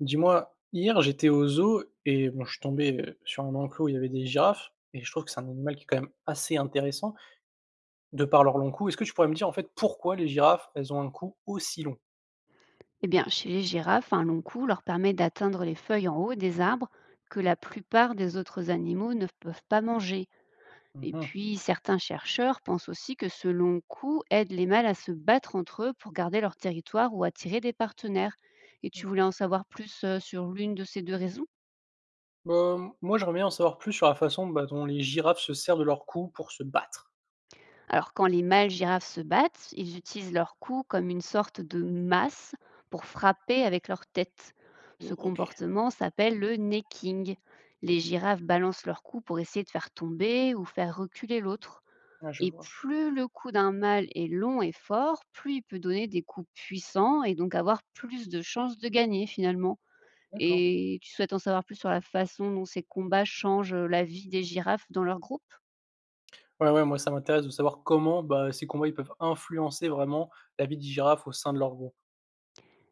Dis-moi, hier j'étais au zoo et bon, je suis tombé sur un enclos où il y avait des girafes et je trouve que c'est un animal qui est quand même assez intéressant de par leur long cou. Est-ce que tu pourrais me dire en fait pourquoi les girafes elles ont un cou aussi long? Eh bien, chez les girafes, un long cou leur permet d'atteindre les feuilles en haut des arbres que la plupart des autres animaux ne peuvent pas manger. Et Mhm, puis, certains chercheurs pensent aussi que ce long cou aide les mâles à se battre entre eux pour garder leur territoire ou attirer des partenaires. Et tu voulais d'accord. en savoir plus sur l'une de ces deux raisons? Bah, moi j'aimerais bien en savoir plus sur la façon bah, dont les girafes se servent de leur cou pour se battre. Alors quand les mâles girafes se battent, ils utilisent leur cou comme une sorte de masse pour frapper avec leur tête. Ce Oh, ok. comportement s'appelle le necking. Les girafes balancent leur cou pour essayer de faire tomber ou faire reculer l'autre. Ouais, je Et vois. plus le cou d'un mâle est long et fort, plus il peut donner des coups puissants et donc avoir plus de chances de gagner finalement. D'accord. Et tu souhaites en savoir plus sur la façon dont ces combats changent la vie des girafes dans leur groupe? Ouais, ouais, moi ça m'intéresse de savoir comment bah, ces combats ils peuvent influencer vraiment la vie des girafes au sein de leur groupe.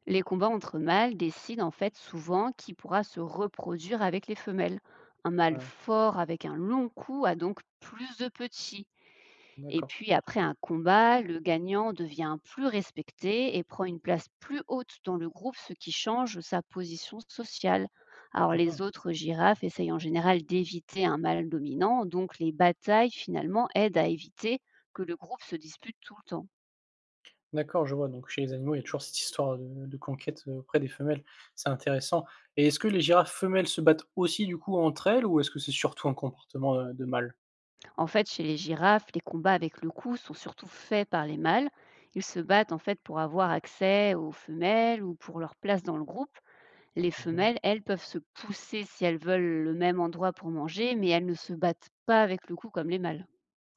Les combats entre mâles décident en fait souvent qui pourra se reproduire avec les femelles. Un mâle Ouais, fort avec un long cou a donc plus de petits. Et d'accord. puis après un combat, le gagnant devient plus respecté et prend une place plus haute dans le groupe, ce qui change sa position sociale. Alors Mhm. les autres girafes essayent en général d'éviter un mâle dominant, donc les batailles finalement aident à éviter que le groupe se dispute tout le temps. D'accord, je vois. Donc chez les animaux, il y a toujours cette histoire de conquête, auprès des femelles. C'est intéressant et est-ce que les girafes femelles se battent aussi du coup entre elles ou est-ce que c'est surtout un comportement, de mâle? En fait, chez les girafes, les combats avec le cou sont surtout faits par les mâles. Ils se battent en fait pour avoir accès aux femelles ou pour leur place dans le groupe. Les Mmh, femelles, elles, peuvent se pousser si elles veulent le même endroit pour manger, mais elles ne se battent pas avec le cou comme les mâles.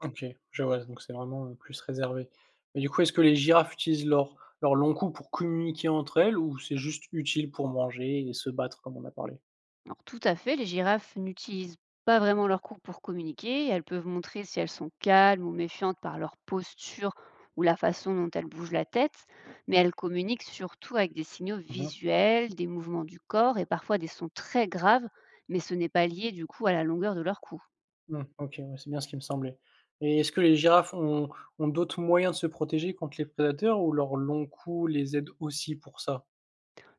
OK, je vois, donc c'est vraiment, plus réservé. Mais du coup, est-ce que les girafes utilisent leur long cou pour communiquer entre elles ou c'est juste utile pour manger et se battre comme on a parlé? Alors tout à fait, les girafes n'utilisent pas vraiment leur cou pour communiquer. Elles peuvent montrer si elles sont calmes ou méfiantes par leur posture ou la façon dont elles bougent la tête, mais elles communiquent surtout avec des signaux Mmh mh. visuels, des mouvements du corps et parfois des sons très graves, mais ce n'est pas lié du coup à la longueur de leur cou. Mmh, OK, ouais, c'est bien ce qui me semblait et est-ce que les girafes ont d'autres moyens de se protéger contre les prédateurs ou leur long cou les aide aussi pour ça?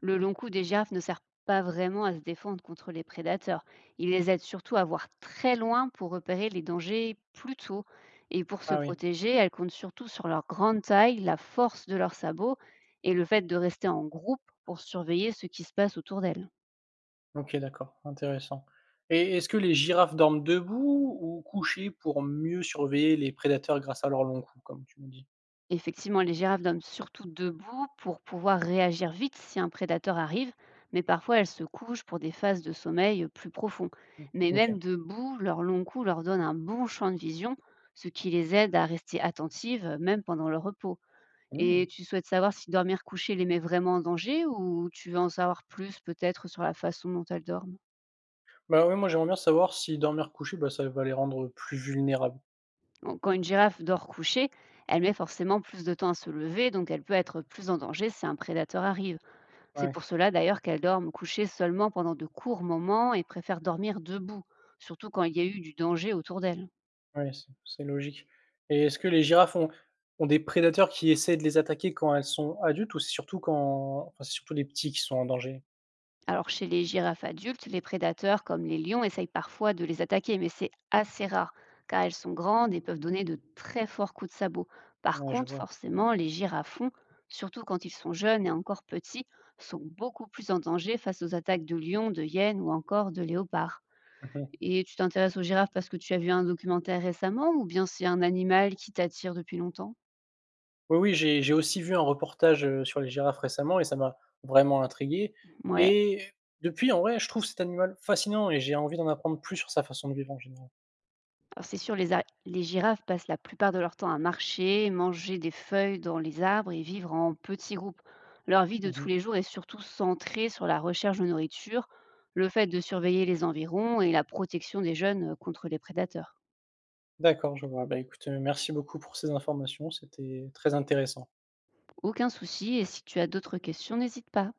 Le long cou des girafes ne sert pas vraiment à se défendre contre les prédateurs. Il les aide surtout à voir très loin pour repérer les dangers plus tôt. Et pour se Ah oui. protéger, elles comptent surtout sur leur grande taille, la force de leurs sabots et le fait de rester en groupe pour surveiller ce qui se passe autour d'elles. OK, d'accord, intéressant et est-ce que les girafes dorment debout ou couchées pour mieux surveiller les prédateurs grâce à leur long cou, comme tu me dis? Effectivement, les girafes dorment surtout debout pour pouvoir réagir vite si un prédateur arrive, mais parfois elles se couchent pour des phases de sommeil plus profonds. Mais OK. même debout, leur long cou leur donne un bon champ de vision, ce qui les aide à rester attentives même pendant leur repos. Mmh. Et tu souhaites savoir si dormir couché les met vraiment en danger, ou tu veux en savoir plus peut-être sur la façon dont elles dorment? Bah, oui moi, j'aimerais bien savoir si dormir couché, bah, ça va les rendre plus vulnérables. Bon, quand une girafe dort couchée, elle met forcément plus de temps à se lever, donc elle peut être plus en danger si un prédateur arrive. C'est Ouais, pour cela d'ailleurs qu'elles dorment couchées seulement pendant de courts moments et préfèrent dormir debout, surtout quand il y a eu du danger autour d'elles. ouais, c'est logique et est-ce que les girafes ont des prédateurs qui essaient de les attaquer quand elles sont adultes ou c'est surtout quand enfin, c'est surtout les petits qui sont en danger? Alors chez les girafes adultes, les prédateurs comme les lions essayent parfois de les attaquer, mais c'est assez rare car elles sont grandes et peuvent donner de très forts coups de sabot. Par Ouais, je contre, vois. forcément, les girafons, surtout quand ils sont jeunes et encore petits, sont beaucoup plus en danger face aux attaques de lions, de hyènes ou encore de léopards. Mmh. Et tu t'intéresses aux girafes parce que tu as vu un documentaire récemment, ou bien c'est un animal qui t'attire depuis longtemps? Oui, oui, j'ai aussi vu un reportage, sur les girafes récemment et ça m'a vraiment intrigué Ouais. et depuis, en vrai, je trouve cet animal fascinant et j'ai envie d'en apprendre plus sur sa façon de vivre en général. Alors c'est sûr, les, les girafes passent la plupart de leur temps à marcher, manger des feuilles dans les arbres et vivre en petits groupes. Leur vie de tous Mmh. les jours est surtout centrée sur la recherche de nourriture, le fait de surveiller les environs et la protection des jeunes contre les prédateurs. D'accord, je vois. Bah, écoute, merci beaucoup pour ces informations, c'était très intéressant. Aucun souci, et si tu as d'autres questions, n'hésite pas.